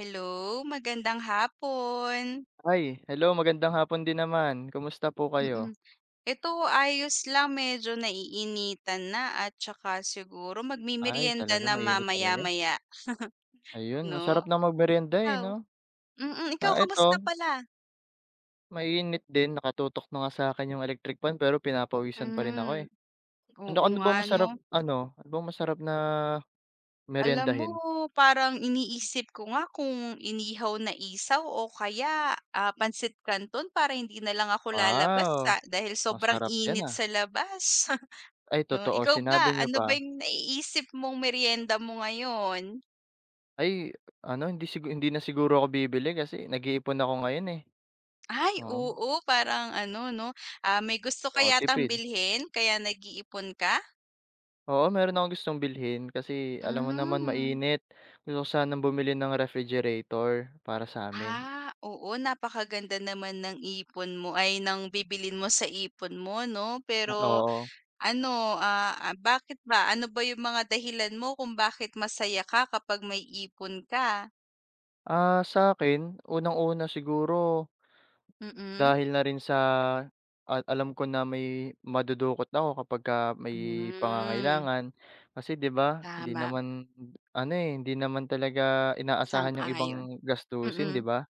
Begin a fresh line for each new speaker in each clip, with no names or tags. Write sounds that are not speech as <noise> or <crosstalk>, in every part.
Hello, magandang hapon.
Ay, hello magandang hapon din naman. Kumusta po kayo?
Mm, ito ayos lang medyo naiinitan na at saka siguro
Ay,
magmemeryenda
talaga
na
mainit talaga.
mamaya-maya
Ayun, ang
'no?
sarap ng magmeryenda, eh,
Ikaw?
'no?
Mm, ikaw
Ah,
kamusta
eto
pala?
mainit din nakatutok na nga sa'kin yung electric fan pero pinapawisan pa rin ako,
Hmm,
eh.
oo
Ano ano
nga
bang
'no.
masarap ano, ano bang masarap na
Alam mo
meryendahin?
parang iniisip ko nga kung inihaw na isaw o kaya, ah, pansit kanton para hindi na lang ako lalabas sa
Wow,
dahil sobrang
masarap 'yan,
init
ah.
sa labas. <laughs>
Ay
'No,
totoo,
ikaw ba
sinabi niyo
ano
pa.
ba yung naiisip mong merienda mo ngayon?
Ay ano, hindi na siguro ako bibili kasi nag-iipon ako ngayon, eh.
Ay
Oo,
oo, parang ano 'no, ah, may gusto ka
oo,
yatang
tipid.
bilhin kaya nag-iipon ka?
Oo, meron akong gustong bilhin kasi alam mo naman
Hmm.
mainit. Gusto ko sanang bumili ng refrigerator para sa'min.
Ah, oo napakaganda naman ng ipon mo ay ng bibilin mo sa ipon mo 'no,
Ah,
pero
oo.
ano, ah, ah, bakit ba? Ano ba yung mga dahilan mo kung bakit masaya ka kapag may ipon ka?
Ah, sa akin unang-una siguro
Mm-mm.
dahil na rin sa at alam ko na may madudukot ako kapagka may
Mm. Hmm,
pangangailangan. Kasi 'di ba, hindi
tama,
naman ano, eh, hindi naman talaga inaasahan yung ibang
sang-ayon.
gastusin,
Mm,
'di ba?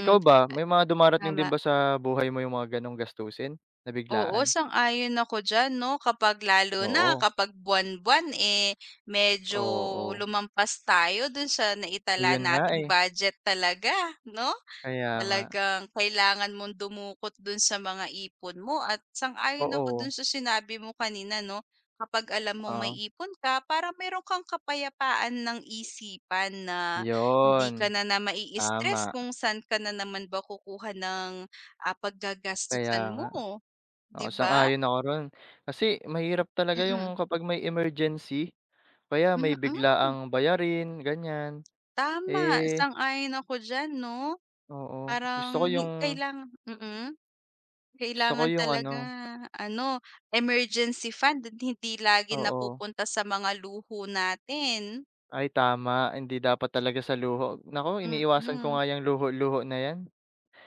Ikaw ba, may mga dumarating
Tama.
din ba sa buhay mo yung mga gano'ng gastusin na
Oo,
biglaan?
sang-ayon ako diyan 'no, kapag lalo na
Oo,
kapag buwan-buwan, eh, medyo
oo.
lumampas tayo do'n sa naitala
Ayun nga,
nating
eh,
budget talaga 'no?
kaya nga.
Talagang kailangan mong dumukot dun sa mga ipon mo at sang-ayon ako dun
Oo,
sa sinabi mo kanina 'no, kapag alam mong may
oo,
ipon ka para meron kang kapayapaan ng isipan na hindi
yun,
ka na na
tama,
mai-stress kung saan ka na naman ba kukuha ng, ah,
kaya
paggagastusan
nga.
mo. 'Di
Oo,
ba?
sang-ayon ako ro'n. Kasi mahirap talaga yung
Mm.
kapag may emergency, kaya
Mm,
may biglaang bayarin, ganyan.
tama
Eh,
sang-ayon ako diyan 'no.
oo,
Parang hi kailangan mm.
gusto ko
Kailangan
yung ano
talaga ano, emergency fund hindi lagi
oo.
napupunta sa mga luho natin.
Ay, tama, hindi dapat talaga sa luho. Naku, iniiwasan ko
Mm,
nga yung luho-luho na yan.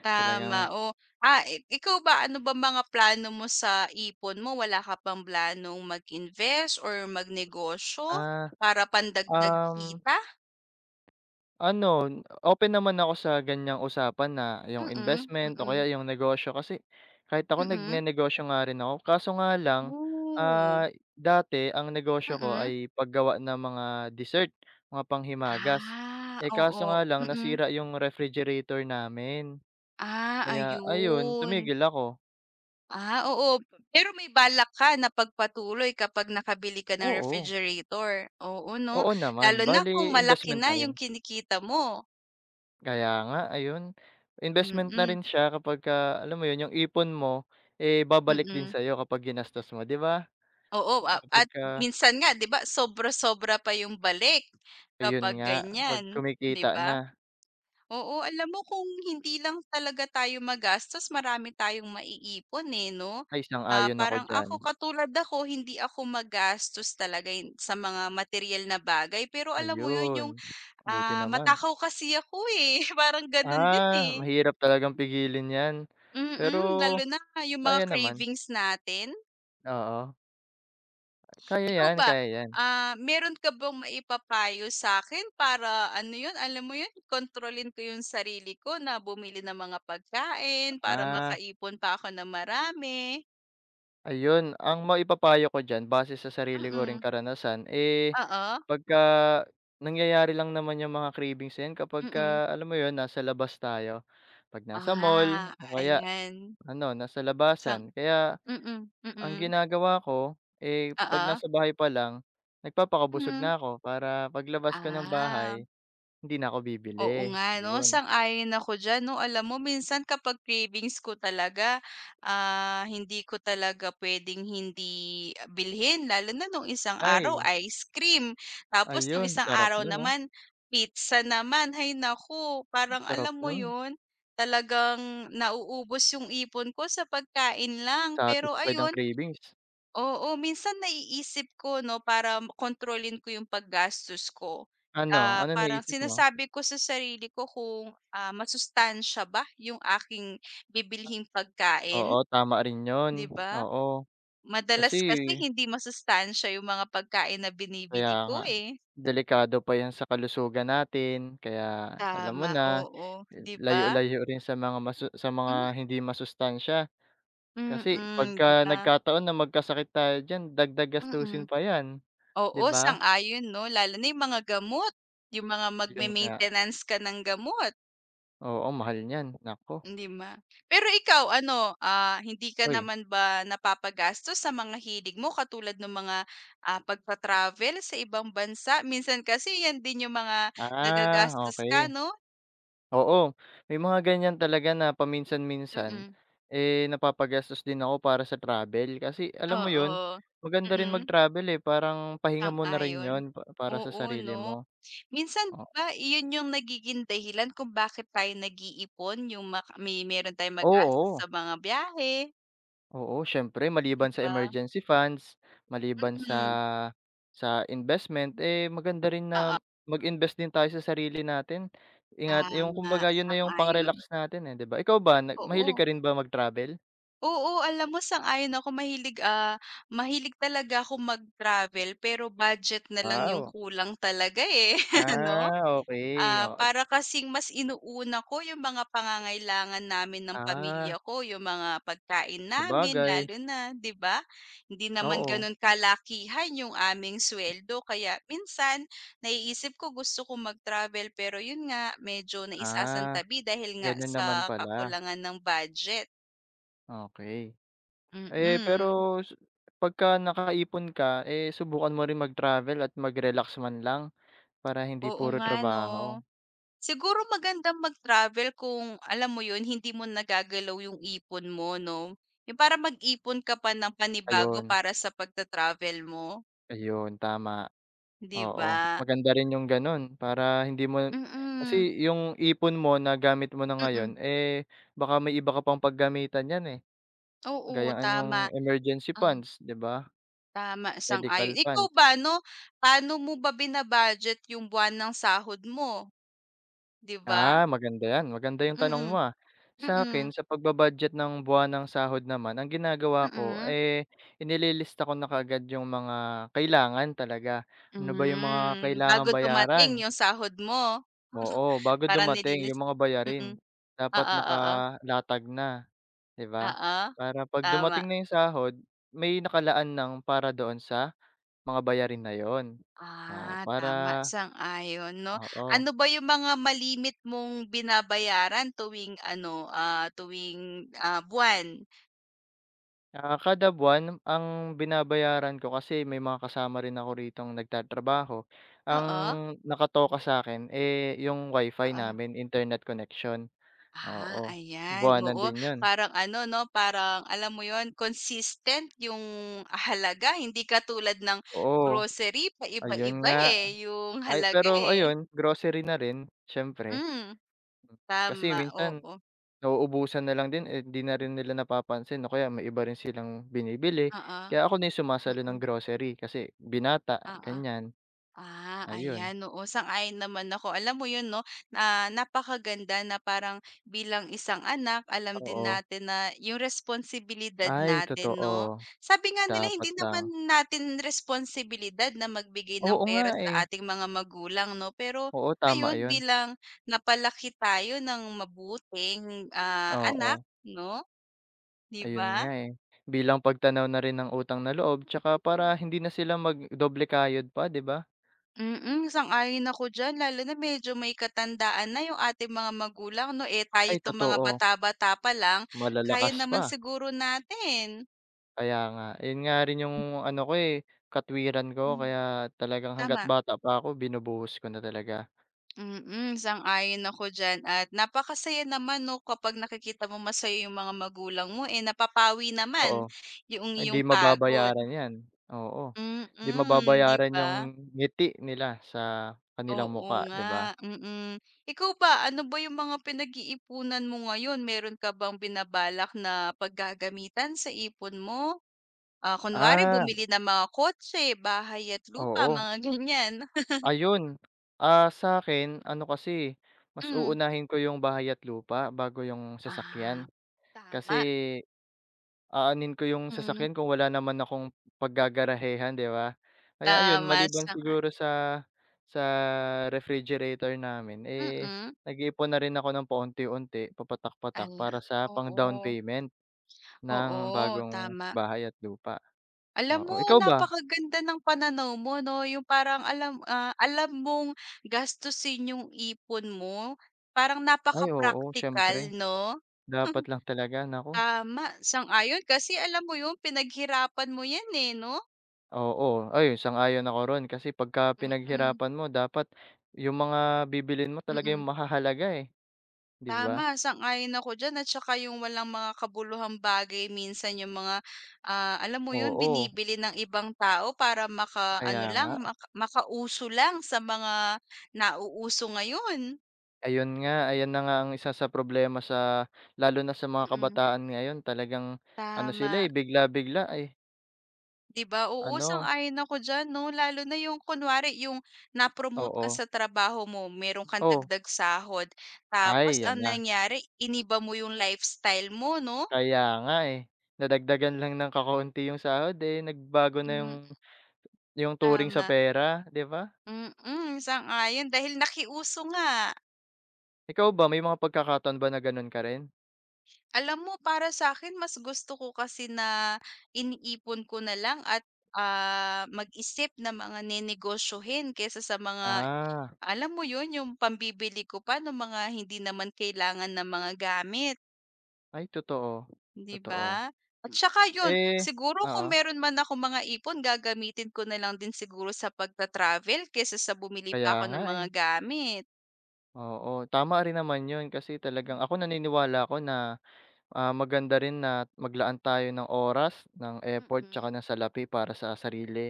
tama,
Talagang,
oh. Ah, ikaw ba, ano ba mga plano mo sa ipon mo? Wala ka bang planong mag-invest or magnegosyo
ah,
para pandagdag
um
kita?
ano, open naman ako sa ganiyang usapan na yung
Mm,
investment o
mm,
kaya yung negosyo kasi kahit ako
mm.
nagnenegosyo nga rin ako. Kaso nga lang,
Oh,
ah, dati ang negosyo ko
mm.
ay paggawa ng mga dessert, mga panghimagas.
Ah,
Eh,
oo,
kaso nga lang
mm.
nasira yung refrigerator namin.
Ah,
Kaya ayun,
ayun.
tumigil ako.
Ah, oo, pero may balak ka na pagpatuloy kapag nakabili ka ng
Oo,
refrigerator, oo 'no?
oo naman.
Lalo na
Bali
kung malaki
investment
na
na
yung
rin.
kinikita mo,
Kaya nga, ayun. Investment na
mm,
rin siya kapagka alam mo yun, yung ipon mo, eh, babalik din
mm.
sa'yo kapag ginastos mo, 'di ba?
Oo,
O
a at
kapagka
minsan nga 'di ba sobra-sobra pa yung balik
ayun
kapag
nga, kapag
ganyan, 'di
kumikita
ba?
na.
Oo, alam mo kung hindi lang talaga tayo magastos marami tayong maiipon, eh, 'no?
Ay,
Ah,
sang-ayon ako
parang
diyan.
ako katulad ako hindi ako magastos talaga hin sa mga material na bagay pero alam mo 'yun
Ayun,
yung,
buti
ah,
naman.
matakaw kasi ako, eh, <laughs> parang gano'n din,
Ah,
eh.
mahirap talagang pigilin 'yan. Pero
Mm, lalo na yung mga
kaya naman,
cravings natin.
oo. Kaya
Ikaw
'yan,
ba,
kaya 'yan.
ah, meron ka bang maipapayo sa akin para ano 'yun, alam mo 'yun, kontrolin ko 'yung sarili ko na bumili ng mga pagkain para
Ah.
makaipon pa ako ng marami?
Ayun, ang maipapayo ko diyan base sa sarili ko ring
Mm,
karanasan, eh,
oo,
pagka nangyayari lang naman yung mga cravings na 'yan
mm.
kapagka alam mo 'yun, nasa labas tayo. 'Pag nasa mall
Ah,
o kaya
ayan,
ano, nasa
sang
labasan. Kaya
mm,
ang
mm,
ginagawa ko, eh, 'pag
oo,
nasa bahay pa lang, nagpapakabusog
hmm,
na ako para paglabas ko ng
ah.
bahay, hindi na ako
Oo
bibili,
nga 'no,
'yun.
sang-ayon ako diyan 'no. Alam mo minsan kapag cravings ko talaga, ah, hindi ko talaga puwedeng hindi bilhin lalo na nung isang araw
Ay,
ice cream, tapos nung
ayun
isang
sarap
araw
nun 'no,
naman pizza naman. Hay naku, parang
sarap
alam mo
nun.
'yun, talagang nauubos 'yung ipon ko sa pagkain lang. Pero
Satisfied ang
ayun.
cravings.
Oo, minsan naiisip ko 'no, para kontrolin ko yung paggastos ko,
Ano,
ah,
anong
parang
naisip mo?
sinasabi ko sa sarili ko kung, ah, masustansiya ba yung aking bibilhing pagkain,
Oo, tama rin 'yun,
'di ba?
oo. Kasi
Madalas kasi hindi masustansiya yung mga pagkain na
kaya
binibili ko,
nga,
eh.
delikado pa 'yan sa kalusugan natin kaya alam mo
Tama,
na,
oo, 'di ba?
layo-layo rin sa mga
Hmm,
hindi masustansya.
mm,
Kasi
mm, 'di
pagka
ba?
nagkataon na magkasakit tayo diyan dagdag
Mm.
gastusin pa 'yan, 'di
Oo,
ba?
sang-ayon 'no, lalo na yung mga gamot, yung mga
'Yun nga,
magme-maintenance ka ng gamot.
oo mahal niyan, nako.
Hindi ma Pero ikaw ano, ah, hindi ka
Uy,
naman ba napapagastos sa mga hilig mo katulad ng mga, ah, pagta-travel sa ibang bansa? Minsan kasi yan din yung mga
ah,
nagagastos ka
okay.
'no?
Oo, may mga ganyan talaga na paminsan-minsan,
Mm,
eh, napapagastos din ako para sa travel. Kasi alam mo 'yun,
oo.
maganda rin
Mm,
mag-travel, eh, parang pahinga mo na rin
sang-ayon.
'yun pa para sa
Oo
sarili
'no?
mo.
Minsan 'di
O
ba iyon yung nagiging dahilan kung bakit tayo nag-iipon yung mak may meron tayong magastos
oo,
sa mga biyahe,
oo, siyempre
'di
maliban sa
ba?
emergency funds, maliban
Mm,
sa investment, eh, maganda rin na
oo,
mag-invest din tayo sa sarili natin. Ingat yung
tama,
kumbaga 'yun na yung
sang-ayon.
pang-relax natin, eh, 'di ba? Ikaw ba, nag mahilig
Oo.
ka rin ba mag-travel?
Oo, alam mo sang-ayon ako mahilig, ah, mahilig talaga akong mag-travel pero budget na lang yung
Wow,
kulang talaga, eh, <laughs> ano?
ah, okay.
Ah, para kasing mas inuuna ko yung mga pangangailangan namin ng pamilya
Ah,
ko, yung mga pagkain namin
sabagay,
lalo na, 'di ba? Hindi naman
oo.
gano'n kalakihan yung aming suweldo kaya minsan naiisip ko gusto ko mag-travel pero yun nga, medyo
Ah,
naisasantabi dahil nga
ganun naman
sa
pala,
kakulangan ng budget,
okey. Eh, pero
mm.
su pagka nakaipon ka, eh, subukan mo rin mag-travel at mag-relax man lang para hindi
Oo
puro
nga 'no.
trabaho.
Siguro magandang mag-travel kung alam mo 'yun, hindi mo nagagalaw yung ipon mo 'no. Yung para mag-ipon ka pa ng panibago
Ayun,
para sa pagta-travel mo,
ayun tama,
'di
oo.
ba?
Maganda rin yung ganun para hindi mo kasi
Mm,
yung ipon mo na gamit mo na
mm.
ngayon, eh, baka may iba ka pang paggamitan niyan, eh,
Oo,
gaya nga
tama.
nung emergency
ang
funds, 'di ba,
Tama, sang-ayon.
medical
Ikaw ba
funds.
'no, paano mo ba bina-budget yung buwan ng sahod mo, 'di ba?
Ah, maganda 'yan. Maganda yung tanong
Mm,
mo, ah. Sa akin
mm,
sa pagba-budget ng buwanang sahod naman ang ginagawa ko,
mm.
eh, inililista ko na kaagad yung mga kailangan talaga. Ano ba yung mga
Hmm,
kailangan
bago dumating
bayaran,
yung sahod mo,
oo, bago
para
dumating
nilinis
yung mga bayarin
mm.
dapat
Oo, oo.
nakalatag na, 'di ba?
Oo,
Para 'pag
tama.
dumating na yung sahod may nakalaan ng para doon sa mga bayarin na yon. Oo,
Ah, tama,
para
sang-ayon 'no.
oo.
Ano ba yung mga malimit mong binabayaran tuwing ano, ah, tuwing, ah, buwan?
Ah, kada buwan ang binabayaran ko kasi may mga kasama rin ako ritong nagtatrabaho, ang
Oo,
nakatoka sa akin eh, yung wifi
oo.
namin, internet connection,
Ah,
oo.
ayan,
Buwanan
oo.
din 'yun,
Parang ano 'no, parang alam mo yon consistent yung halaga, hindi katulad ng
oo,
grocery
ayun
paiba-iba,
nga.
eh, yung
Ay,
halaga,
pero
eh.
ayun, grocery na rin siyempre,
Hmm,
kasi
tama,
minsan
oo.
nauubusan na lang din, eh, 'di na rin nila napapansin o kaya may iba rin silang binibili,
Oo,
kaya ako na yung sumasalo
mm,
ng grocery kasi binata,
oo.
ganiyan,
Ah,
ayun.
ayan, oo, sang-ayon naman ako. Alam mo 'yun 'no, na napakaganda na parang bilang isang anak, alam din
Oo,
natin na yung responsibilidad
ay
natin 'no.
totoo.
Sabi nga nila
Dapat
hindi naman
lang.
natin responsibilidad na magbigay ng
Oo nga,
pera
eh.
sa ating mga magulang 'no, pero
Oo, tama
ayun
yun.
bilang napalaki tayo ng mabuting, ah,
Oo,
anak 'no, 'di
ayun
ba?
nga, eh. Bilang pagtanaw na rin ng utang na loob tsaka para
Mm.
hindi na sila magdoble kayod pa, 'di ba?
Mm, sang-ayon ako diyan lalo na medyo may katandaan na yung ating mga magulang 'no, eh, tayo
Ay,
'tong mga
totoo.
bata-bata pa lang, kaya
Malalakas
naman
pa.
siguro natin.
Kaya nga. Yun nga rin yung ano ko, eh, katwiran ko
Hmm.
kaya talagang hangga't
Tama,
bata pa ako binubuhos ko na talaga.
mm, sang-ayon ako diyan at napakasaya naman 'no, kapag nakikita mo masaya yung mga magulang mo, eh, napapawi naman
Oo,
yung
hindi
iyong pagod.
mababayaran 'yan. Oo, hindi
Mm, 'di
mababayaran
ba?
yung ngiti nila sa kanilang
Oo
mukha, 'di ba?
nga, mm. Ikaw ba, ano ba yung mga pinag-iipunan mo ngayon? Meron ka bang binabalak na paggagamitan sa ipon mo? Ah, kunwari
Ah,
bumili ng mga kotse, bahay at lupa,
oo.
mga ganyan. <laughs>
Ayun, ah, sa akin, ano kasi, mas
Mm.
uunahin ko yung bahay at lupa bago yung
Ah,
sasakyan. Kasi
tama,
aanhin ko yung
mm.
sasakyan kung wala naman akong paggagarahehan, 'di ba? Kaya ayun,
Tama
maliban
sang
siguro sa refrigerator namin, eh,
mm.
nag-iipon na rin ako ng paunti-unti, papatak-patak
Ala
para sa pang-down
oo,
payment ng
oo,
bagong
tama.
bahay at lupa.
Alam
Oo,
mo
ikaw ba?
napakaganda ng pananaw mo 'no, yung parang alam, ah, alam mong gastusin yung ipon mo, parang napaka
Ay oo,
practical
siyempre.
'no?
Dapat
<laughs>
lang talaga, naku.
Tama, sang-ayon kasi alam mo yung pinaghirapan mo yan, eh, 'no?
Oo, ayun sang-ayon ako ro'n kasi pagka
Mm,
pinaghirapan mo dapat yung mga bibilin mo talaga yung
mm.
mahahalaga, eh, 'di
Tama,
ba?
sang-ayon ako diyan at saka yung walang mga kabuluhang bagay minsan yung mga, ah, alam mo yun
Oo,
binibili ng ibang tao para maka,
kaya
ano lang,
nga.
maka makauso lang sa mga nauuso ngayon.
Ayun nga, ayan na nga ang isa sa problema sa lalo na sa mga
Mm,
kabataan ngayon talagang ano sila,
tama.
eh, bigla-bigla, eh,
'Di ba? Oo,
ano
sang-ayon ako diyan 'no, lalo na yung kunwari yung na-promote ka
oo.
sa trabaho mo, meron kang
Oh,
dagdag sahod, tapos
ay 'yan
ang
na.
nangyari iniba mo yung lifestyle mo 'no?
Kaya nga, eh, nadagdagan lang ng kakaunti yung sahod, eh, nagbago na yung
Hmm.
yung turing sa
Tama,
pera, 'di ba?
mm, sang-ayon dahil nakiuso nga.
Ikaw ba may mga pagkakataon ba na gano'n ka rin?
Alam mo para sa'kin mas gusto ko kasi na iniipon ko na lang at, ah, mag-isip ng mga nenegosyohin kaysa sa mga
Ah.
alam mo 'yun, yung pambibili ko pa ng mga hindi naman kailangan ng mga gamit,
Ay totoo,
'di
totoo.
ba? At hmm, saka 'yun,
Eh
siguro kung
oo,
meron man ako mga ipon gagamitin ko na lang din siguro sa pagta-travel kaysa sa bumili
kaya
pa ako
nga,
ng mga
eh.
gamit.
Oo, tama rin naman 'yun kasi talagang
Mm,
ako naniniwala ako na, ah, maganda rin na maglaan tayo ng oras, ng effort, tsaka
mm.
ng salapi para sa sarili.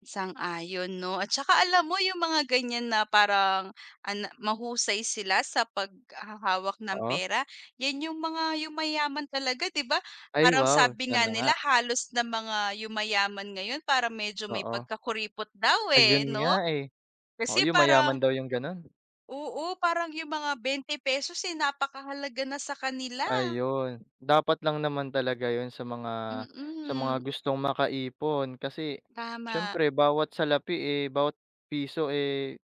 Sang-ayon 'no at saka alam mo yung mga ganyan na parang ana mahusay sila sa paghahawak ng
Oo.
pera, yan yung mga yumayaman talaga 'di ba?
Ay
Parang
wow,
sabi nga
sana nga,
nila halos na mga yumayaman ngayon para medyo may
oo.
pagkakuripot daw, eh,
Ayun nga,
'no?
eh. Oo,
Kasi
'yung
parang
mayaman daw 'yung gano'n.
oo, parang yung mga twenty pesos eh, napakahalaga na sa kanila.
Ayun, dapat lang naman talaga 'yun sa mga
Mm,
gustong makaipon kasi
tama.
siyempre bawat salapi, eh, bawat piso, eh,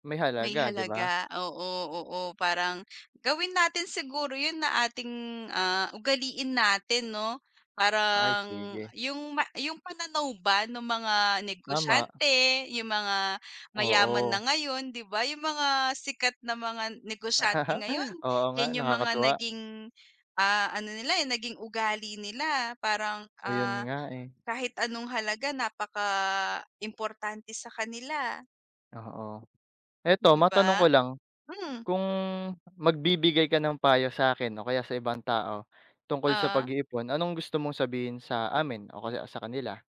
may
May
halaga, 'di ba?
halaga, oo, oo. Parang gawin natin siguro 'yun na ating, ah, ugaliin natin 'no.
Ay
Parang
sige,
yung yung pananaw ba ng mga
tama,
negosyante, yung mga mayaman na
oo.
ngayon, 'di ba, yung mga sikat na mga negosyante ngayon,
<laughs> Oo nga
'yan yung mga
nakakatuwa,
naging, ah, ano nila, eh, naging ugali nila. Parang,
ayun
ah,
nga, eh,
kahit anong halaga napaka importante sa kanila,
oo. Eto
'di
matanong ko
ba?
lang,
Hmm,
kung magbibigay ka ng payo sa akin o kaya sa ibang tao tungkol sa
oh.
pag-iipon, anong gusto mong sabihin sa amin o kaya sa kanila?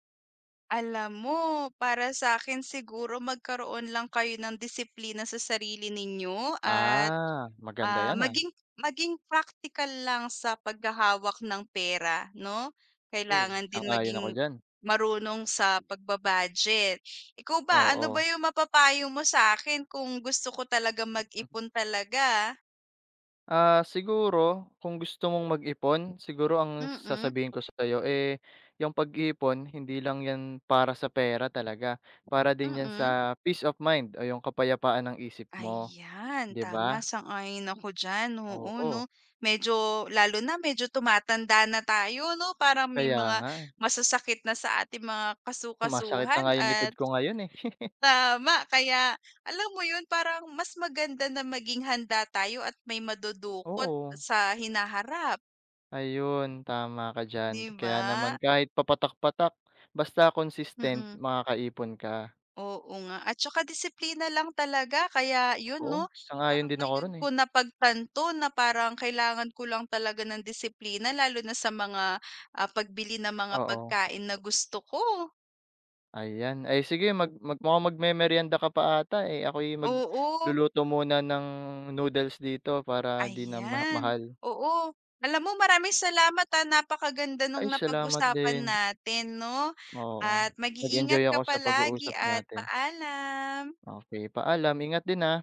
Alam mo, para sa akin siguro magkaroon lang kayo ng disiplina sa sarili ninyo at,
Ah, maganda
ah,
'yan, ah,
maging maging praktikal lang sa paghahawak ng pera 'no?
oo,
Kailangan din
sang-ayon
maging
ako diyan,
marunong sa pagbabudget budget. Ikaw ba, ano ba
oo.
yung mapapayo mo sa akin kung gusto ko talaga mag-ipon talaga?
Ah, siguro kung gusto mong mag-ipon, siguro ang
Mm,
sasabihin ko sa sa'yo, eh, yung pag-iipon hindi lang 'yan para sa pera talaga, para din 'yan
mm.
sa peace of mind o yung kapayapaan ng isip mo,
Ayan,
'di
tama,
ba?
sang-ayon ako diyan, oo 'no.
Oo,
Medyo lalo na medyo tumatanda na tayo 'no, parang may
kaya
mga
nga, eh.
masasakit na sa ating mga
Sumasakit na
kasu-kasuhan
nga yung likod
at
ko ngayon, eh. <laughs>
tama, kaya alam mo 'yun, parang mas maganda na maging handa tayo at may madudukot
Oo,
sa hinaharap,
ayun tama ka diyan.
'di
Kaya naman
ba?
kahit papatak-patak basta consistent
Mm.
makakaipon ka.
Oo nga at saka disiplina lang talaga kaya yun
Oo,
'no,
sang-ayon
parang
din ako
ngayon
ro'n,
ko
eh.
napagtanto na parang kailangan ko lang talaga ng disiplina lalo na sa mga, ah, pagbili ng mga
Oo.
pagkain na gusto ko.
Ayan. Ay sige mag mag mukhang magmemeryenda ka pa ata, eh. Ako'y
Oo,
magluluto muna ng noodles dito para 'di na ma
ayan.
mahal.
Oo, alam mo maraming salamat, ah, napakaganda nung
Ay salamat
napag-usapan
din.
natin 'no,
Oo.
at mag-iingat
Nag-enjoy
ka
ako sa
palagi
pag-uusap
at
natin.
paalam.
Okey, paalam. Ingat din, ah.